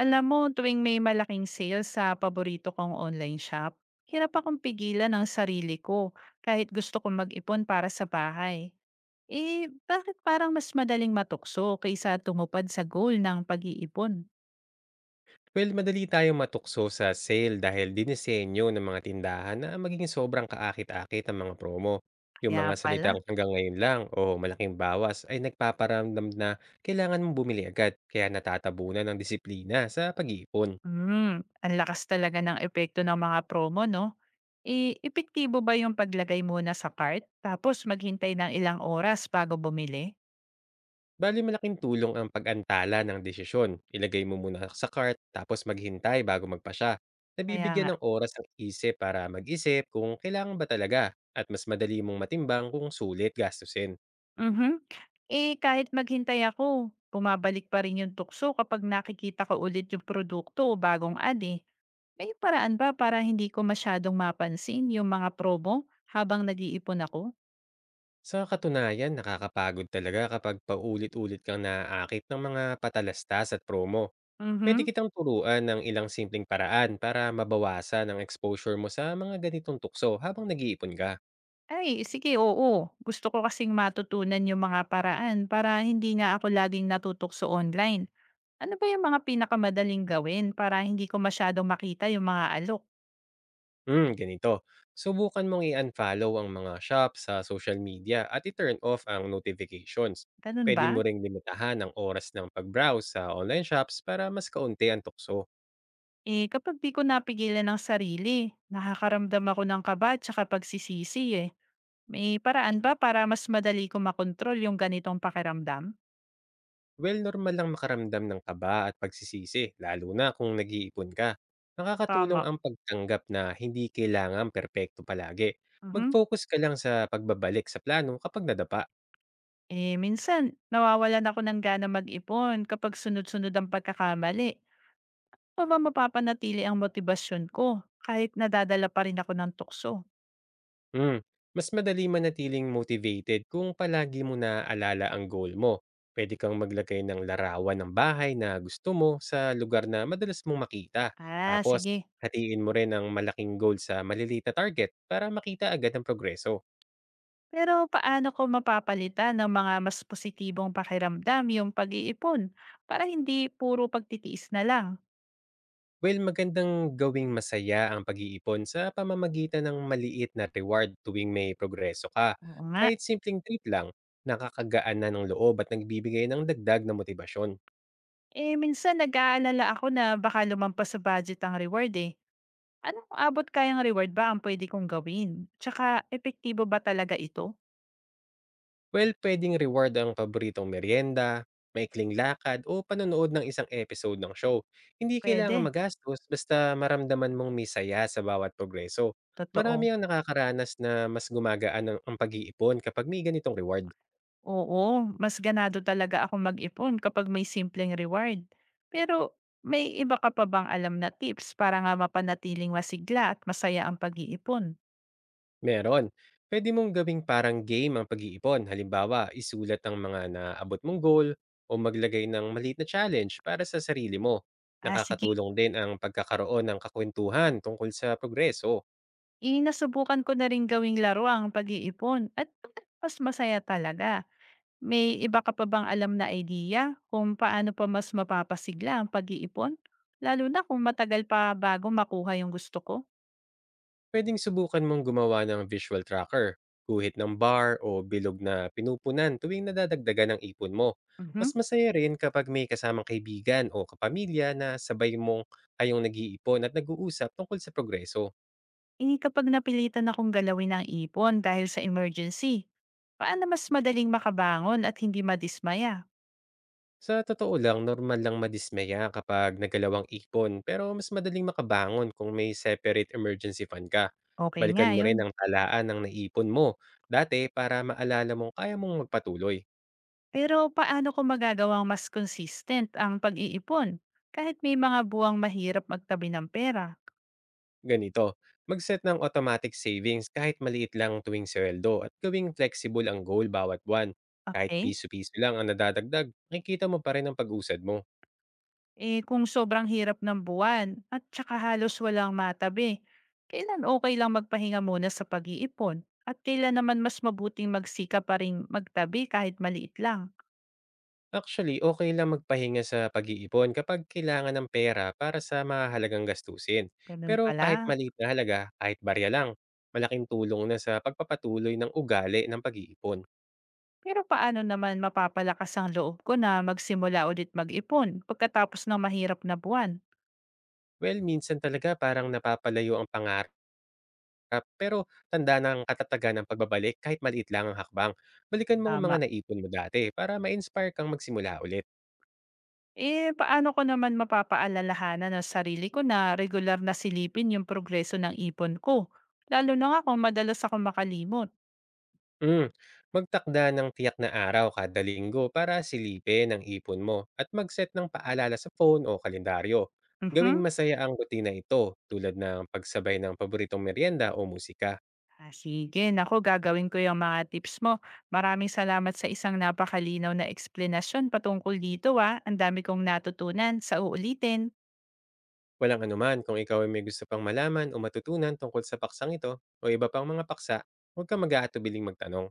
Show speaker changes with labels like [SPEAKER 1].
[SPEAKER 1] Alam mo, tuwing may malaking sale sa paborito kong online shop, hirap akong pigilan ang sarili ko kahit gusto kong mag-ipon para sa bahay. Eh, bakit parang mas madaling matukso kaysa tumupad sa goal ng pag-iipon?
[SPEAKER 2] Well, madali tayong matukso sa sale dahil dinisenyo ng mga tindahan na maging sobrang kaakit-akit ang mga promo. Yung
[SPEAKER 1] Kaya
[SPEAKER 2] mga salitang
[SPEAKER 1] pala.
[SPEAKER 2] hanggang ngayon lang o malaking bawas ay nagpaparamdam na kailangan mong bumili agad kaya natatabunan ng disiplina sa pag-iipon.
[SPEAKER 1] Hmm, ang lakas talaga ng epekto ng mga promo, no? Eh, epektibo ba yung paglagay muna sa cart tapos maghintay ng ilang oras bago bumili?
[SPEAKER 2] Bali malaking tulong ang pag-antala ng desisyon. Ilagay mo muna sa cart tapos maghintay bago magpasya.
[SPEAKER 1] Kaya nga.
[SPEAKER 2] Nabibigyan ng oras ang isip para mag-isip kung kailangan ba talaga at mas madali mong matimbang kung sulit gastusin.
[SPEAKER 1] Mhm. Eh, kahit maghintay ako, bumabalik pa rin yung tukso kapag nakikita ko ulit yung produkto o bagong ad eh. May paraan ba para hindi ko masyadong mapansin yung mga promo habang nag-iipon ako?
[SPEAKER 2] Sa katunayan, nakakapagod talaga kapag paulit-ulit kang naaakit ng mga patalastas at promo. Pwede
[SPEAKER 1] Mhm.
[SPEAKER 2] kitang turuan ng ilang simpleng paraan para mabawasan ang exposure mo sa mga ganitong tukso habang nag-iipon ka.
[SPEAKER 1] Ay, sige, oo. Gusto ko kasing matutunan yung mga paraan para hindi nga ako laging natutokso online. Ano ba yung mga pinakamadaling gawin para hindi ko masyadong makita yung mga alok?
[SPEAKER 2] Hmm, ganito. Subukan mong i-unfollow ang mga shop sa social media at i-turn off ang notifications.
[SPEAKER 1] Ganun
[SPEAKER 2] Pwede
[SPEAKER 1] ba?
[SPEAKER 2] mo ring limitahan ang oras ng pag-browse sa online shops para mas kaunti ang tukso.
[SPEAKER 1] Eh, kapag di ko napigilan ng sarili, nakakaramdam ako ng kaba at saka pagsisisi eh. May paraan ba para mas madali ko makontrol yung ganitong pakiramdam?
[SPEAKER 2] Well, normal lang makaramdam ng kaba at pagsisisi, lalo na kung nag-iipon ka. Nakakatulong
[SPEAKER 1] Tama.
[SPEAKER 2] ang pagtanggap na hindi kailangan perpekto palagi.
[SPEAKER 1] Mhm.
[SPEAKER 2] Mag-focus ka lang sa pagbabalik sa plano kapag nadapa.
[SPEAKER 1] Eh, minsan, nawawalan ako ng gana mag-ipon kapag sunod-sunod ang pagkakamali. O ba mapapanatili ang motibasyon ko kahit nadadala pa rin ako ng tukso?
[SPEAKER 2] Hmm. Mas madali manatiling motivated kung palagi mo na alala ang goal mo. Pwede kang maglagay ng larawan ng bahay na gusto mo sa lugar na madalas mong makita.
[SPEAKER 1] Ah,
[SPEAKER 2] Tapos,
[SPEAKER 1] sige.
[SPEAKER 2] hatiin mo rin ang malaking goal sa maliliit na target para makita agad ang progreso.
[SPEAKER 1] Pero paano ko mapapalitan ng mga mas positibong pakiramdam yung pag-iipon para hindi puro pagtitiis na lang?
[SPEAKER 2] Well, magandang gawing masaya ang pag-iipon sa pamamagitan ng maliit na reward tuwing may progreso ka.
[SPEAKER 1] Oo nga.
[SPEAKER 2] Kahit simpleng treat lang, nakakagaan na ng loob at nagbibigay ng dagdag na motibasyon.
[SPEAKER 1] Eh, minsan nag-aalala ako na baka lumampas sa budget ang reward eh. Anong abot kayang reward ba ang pwede kong gawin? Tsaka, epektibo ba talaga ito?
[SPEAKER 2] Well, pwedeng reward ang paboritong merienda, maikling lakad o panonood ng isang episode ng show. Hindi
[SPEAKER 1] Pwede.
[SPEAKER 2] kailangan magastos basta maramdaman mong may saya sa bawat progreso. Marami
[SPEAKER 1] Totoo.
[SPEAKER 2] ang nakakaranas na mas gumagaan ang pag-iipon kapag may ganitong reward.
[SPEAKER 1] Oo, mas ganado talaga ako mag-ipon kapag may simpleng reward. Pero, may iba ka pa bang alam na tips para nga mapanatiling masigla at masaya ang pag-iipon?
[SPEAKER 2] Meron. Pwede mong gawing parang game ang pag-iipon. Halimbawa, isulat ang mga naabot mong goal o maglagay ng maliit na challenge para sa sarili mo.
[SPEAKER 1] Ah, sige.
[SPEAKER 2] Nakakatulong din ang pagkakaroon ng kakwentuhan tungkol sa progreso.
[SPEAKER 1] Inasubukan ko na rin gawing laro ang pag-iipon at mas masaya talaga. May iba ka pa bang alam na idea kung paano pa mas mapapasigla ang pag-iipon? Lalo na kung matagal pa bago makuha yung gusto ko?
[SPEAKER 2] Pwedeng subukan mong gumawa ng visual tracker, guhit ng bar o bilog na pinupunan tuwing nadadagdagan ng ipon mo.
[SPEAKER 1] Mhm.
[SPEAKER 2] Mas masaya rin kapag may kasamang kaibigan o kapamilya na sabay mong kayong nag-iipon at nag-uusap tungkol sa progreso.
[SPEAKER 1] Eh kapag napilitan akong galawin ang ipon dahil sa emergency, paano mas madaling makabangon at hindi madismaya?
[SPEAKER 2] Sa totoo lang, normal lang madismaya kapag nagalaw ang ipon pero mas madaling makabangon kung may separate emergency fund ka.
[SPEAKER 1] Okay nga
[SPEAKER 2] Balikan mo
[SPEAKER 1] yun.
[SPEAKER 2] rin ang talaan ng naipon mo dati para maalala mong kaya mong magpatuloy.
[SPEAKER 1] Pero paano ko magagawang mas consistent ang pag-iipon kahit may mga buwang mahirap magtabi ng pera?
[SPEAKER 2] Ganito, mag-set ng automatic savings kahit maliit lang tuwing sweldo at gawing flexible ang goal bawat buwan. Kahit
[SPEAKER 1] Okay?
[SPEAKER 2] piso-piso lang ang nadadagdag, makikita mo pa rin ang pag-usad mo.
[SPEAKER 1] Eh, kung sobrang hirap ng buwan at tsaka halos walang matabi, kailan okay lang magpahinga muna sa pag-iipon? At kailan naman mas mabuting magsika pa rin magtabi kahit maliit lang?
[SPEAKER 2] Actually, okay lang magpahinga sa pag-iipon kapag kailangan ng pera para sa mahalagang gastusin.
[SPEAKER 1] Ganun
[SPEAKER 2] Pero kahit
[SPEAKER 1] pala.
[SPEAKER 2] maliit na halaga, kahit barya lang, malaking tulong na sa pagpapatuloy ng ugali ng pag-iipon.
[SPEAKER 1] Pero paano naman mapapalakas ang loob ko na magsimula ulit mag-ipon pagkatapos ng mahirap na buwan?
[SPEAKER 2] Well, minsan talaga parang napapalayo ang pangarap, pero tanda ng katatagan ng pagbabalik kahit maliit lang ang hakbang. Balikan mo ang
[SPEAKER 1] Tama.
[SPEAKER 2] mga naipon mo dati para ma-inspire kang magsimula ulit.
[SPEAKER 1] Eh, paano ko naman mapapaalalahanan ang sarili ko na regular na silipin yung progreso ng ipon ko? Lalo na nga kung madalas ako makalimot.
[SPEAKER 2] Mm. Magtakda ng tiyak na araw kada linggo para silipin ang ipon mo at mag-set ng paalala sa phone o kalendaryo. Gawing
[SPEAKER 1] Mhm.
[SPEAKER 2] masaya ang rutina ito tulad ng pagsabay ng paboritong merienda o musika.
[SPEAKER 1] Ah, sige, naku gagawin ko yung mga tips mo. Maraming salamat sa isang napakalinaw na eksplanasyon patungkol dito ah. Ang dami kong natutunan. Sa uulitin.
[SPEAKER 2] Walang anuman kung ikaw ay may gusto pang malaman o matutunan tungkol sa paksang ito o iba pang mga paksa, huwag ka mag-aatubiling magtanong.